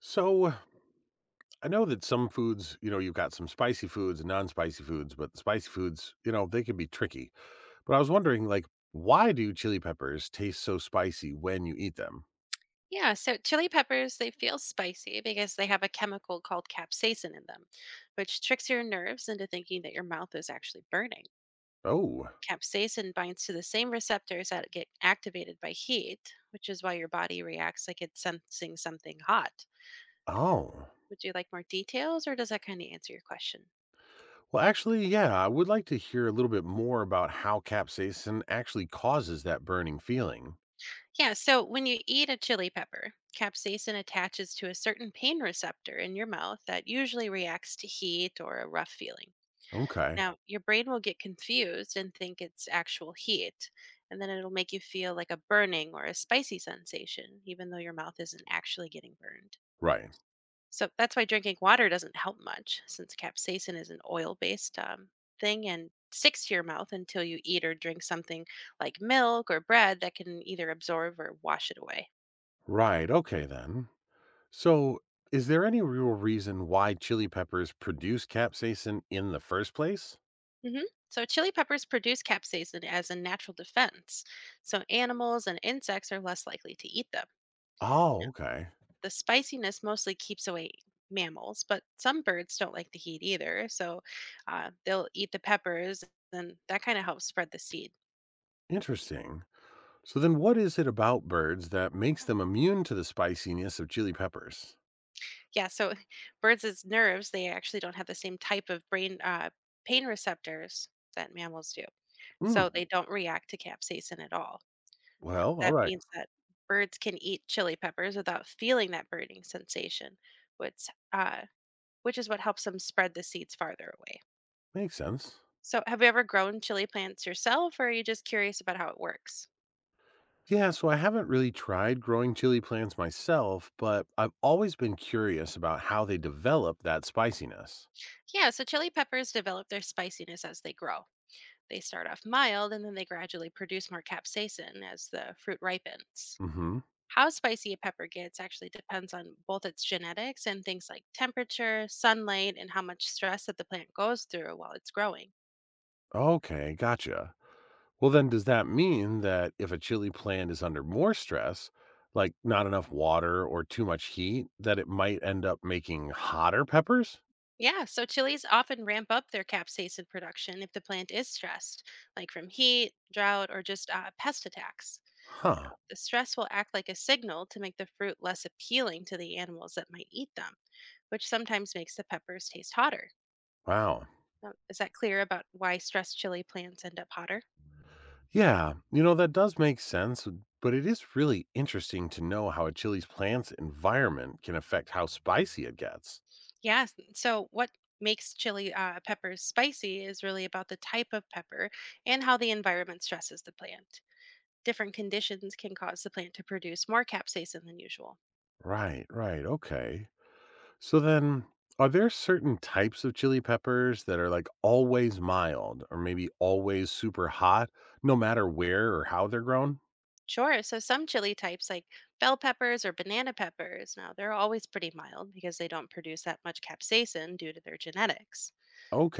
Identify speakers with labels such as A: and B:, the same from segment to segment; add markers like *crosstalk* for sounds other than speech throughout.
A: So I know that some foods, you've got some spicy foods and non-spicy foods, but spicy foods, they can be tricky. But I was wondering, why do chili peppers taste so spicy when you eat them?
B: Yeah, so chili peppers, they feel spicy because they have a chemical called capsaicin in them, which tricks your nerves into thinking that your mouth is actually burning.
A: Oh,
B: Capsaicin binds to the same receptors that get activated by heat, which is why your body reacts like it's sensing something hot.
A: oh.
B: Would you like more details or does that kind of answer your question?
A: Well, actually, yeah, I would like to hear a little bit more about how capsaicin actually causes that burning feeling.
B: Yeah, so when you eat a chili pepper, capsaicin attaches to a certain pain receptor in your mouth that usually reacts to heat or a rough feeling.
A: Okay.
B: Now, your brain will get confused and think it's actual heat, and then it'll make you feel like a burning or a spicy sensation, even though your mouth isn't actually getting burned.
A: Right.
B: So that's why drinking water doesn't help much, since capsaicin is an oil based thing and sticks to your mouth until you eat or drink something like milk or bread that can either absorb or wash it away.
A: Right. Okay, then. So, is there any real reason why chili peppers produce capsaicin in the first place?
B: Hmm. So, chili peppers produce capsaicin as a natural defense, so animals and insects are less likely to eat them.
A: Oh, okay.
B: The spiciness mostly keeps away mammals, but some birds don't like the heat either. So they'll eat the peppers and that kind of helps spread the seed.
A: Interesting. So then what is it about birds that makes them immune to the spiciness of chili peppers?
B: Yeah. So *laughs* birds' as nerves, they actually don't have the same type of brain pain receptors that mammals do.
A: Hmm.
B: So they don't react to capsaicin at all.
A: Well, all
B: That
A: right.
B: means that birds can eat chili peppers without feeling that burning sensation, which, uh, which is what helps them spread the seeds farther away.
A: Makes sense.
B: So, have you ever grown chili plants yourself, or are you just curious about how it works?
A: Yeah, so I haven't really tried growing chili plants myself, but I've always been curious about how they develop that spiciness.
B: Yeah, so chili peppers develop their spiciness as they grow. They start off mild and then they gradually produce more capsaicin as the fruit ripens.
A: Mhm.
B: How spicy a pepper gets actually depends on both its genetics and things like temperature, sunlight, and how much stress that the plant goes through while it's growing.
A: Okay, gotcha. Well then does that mean that if a chili plant is under more stress, like not enough water or too much heat, that it might end up making hotter peppers?
B: Yeah, so chilies often ramp up their capsaicin production if the plant is stressed, like from heat, drought, or just pest attacks.
A: Huh.
B: Now, the stress will act like a signal to make the fruit less appealing to the animals that might eat them, which sometimes makes the peppers taste hotter.
A: Wow.
B: Now, is that clear about why stress chili plants end up hotter?
A: Yeah, that does make sense, but it is really interesting to know how a chili's plant's environment can affect how spicy it gets.
B: Yes. So, what makes chili peppers spicy is really about the type of pepper and how the environment stresses the plant. Different conditions can cause the plant to produce more capsaicin than usual.
A: Right, right. Okay. So then, are there certain types of chili peppers that are like always mild or maybe always super hot, no matter where or how they're grown?
B: Sure. So some chili types like bell peppers or banana peppers, now they're always pretty mild because they don't produce that much capsaicin due to their genetics.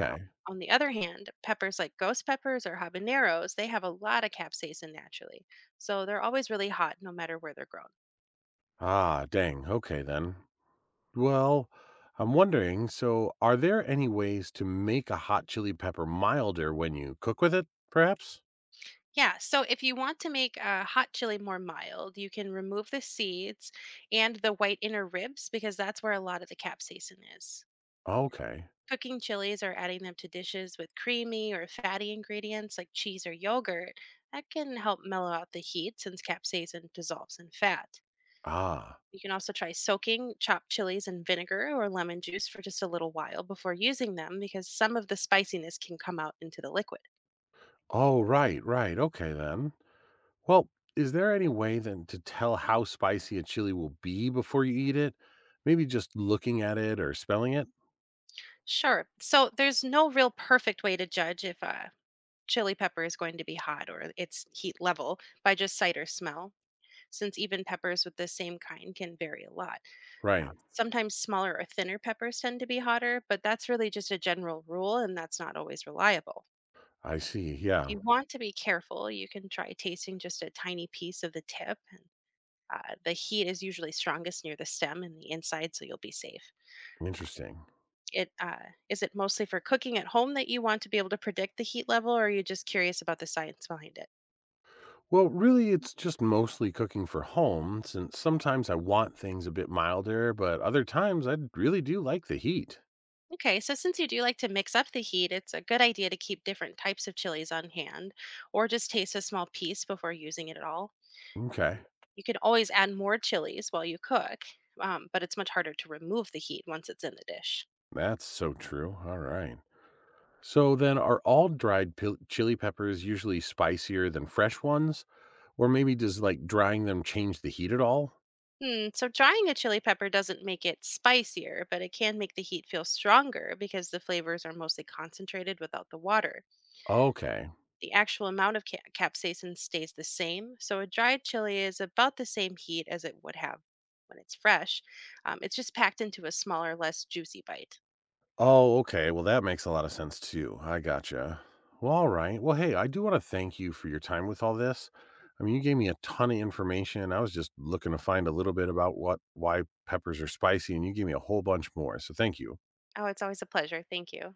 B: Now, on the other hand, peppers like ghost peppers or habaneros, they have a lot of capsaicin naturally. So they're always really hot no matter where they're grown.
A: Ah, dang. Okay, then. Well, I'm wondering so, are there any ways to make a hot chili pepper milder when you cook with it, perhaps?
B: Yeah, so if you want to make a hot chili more mild, you can remove the seeds and the white inner ribs because that's where a lot of the capsaicin is.
A: Okay.
B: Cooking chilies or adding them to dishes with creamy or fatty ingredients like cheese or yogurt, that can help mellow out the heat since capsaicin dissolves in fat.
A: Ah.
B: You can also try soaking chopped chilies in vinegar or lemon juice for just a little while before using them because some of the spiciness can come out into the liquid.
A: Oh, right, right. Okay, then. Well, is there any way then to tell how spicy a chili will be before you eat it? Maybe just looking at it or smelling it?
B: Sure, so there's no real perfect way to judge if a chili pepper is going to be hot or its heat level by just sight or smell, since even peppers with the same kind can vary a lot.
A: Right.
B: Now, sometimes smaller or thinner peppers tend to be hotter, but that's really just a general rule and that's not always reliable.
A: I see.
B: If
A: Yeah.
B: you want to be careful, you can try tasting just a tiny piece of the tip. And, the heat is usually strongest near the stem and the inside, so you'll be safe. Um,
A: Interesting.
B: It is it mostly for cooking at home that you want to be able to predict the heat level, or are you just curious about the science behind it?
A: Well, really, it's just mostly cooking for home, since sometimes I want things a bit milder, but other times I really do like the heat.
B: Okay, so since you do like to mix up the heat, it's a good idea to keep different types of chilies on hand or just taste a small piece before using it at all.
A: Okay.
B: And you can always add more chilies while you cook, but it's much harder to remove the heat once it's in the dish.
A: That's so true. All right. So then, are all chili peppers usually spicier than fresh ones? Or maybe does drying them change the heat at all?
B: Hmm, so drying a chili pepper doesn't make it spicier, but it can make the heat feel stronger because the flavors are mostly concentrated without the water.
A: Okay.
B: The actual amount of capsaicin stays the same, so a dried chili is about the same heat as it would have when it's fresh. It's just packed into a smaller, less juicy bite.
A: Oh, okay, well, that makes a lot of sense too, I gotcha. Well, alright. Well, hey, I do wanna thank you for your time with all this. I mean, you gave me a ton of information, I was just looking to find a little bit about what why peppers are spicy, and you gave me a whole bunch more, so thank you.
B: Oh, it's always a pleasure. Thank you.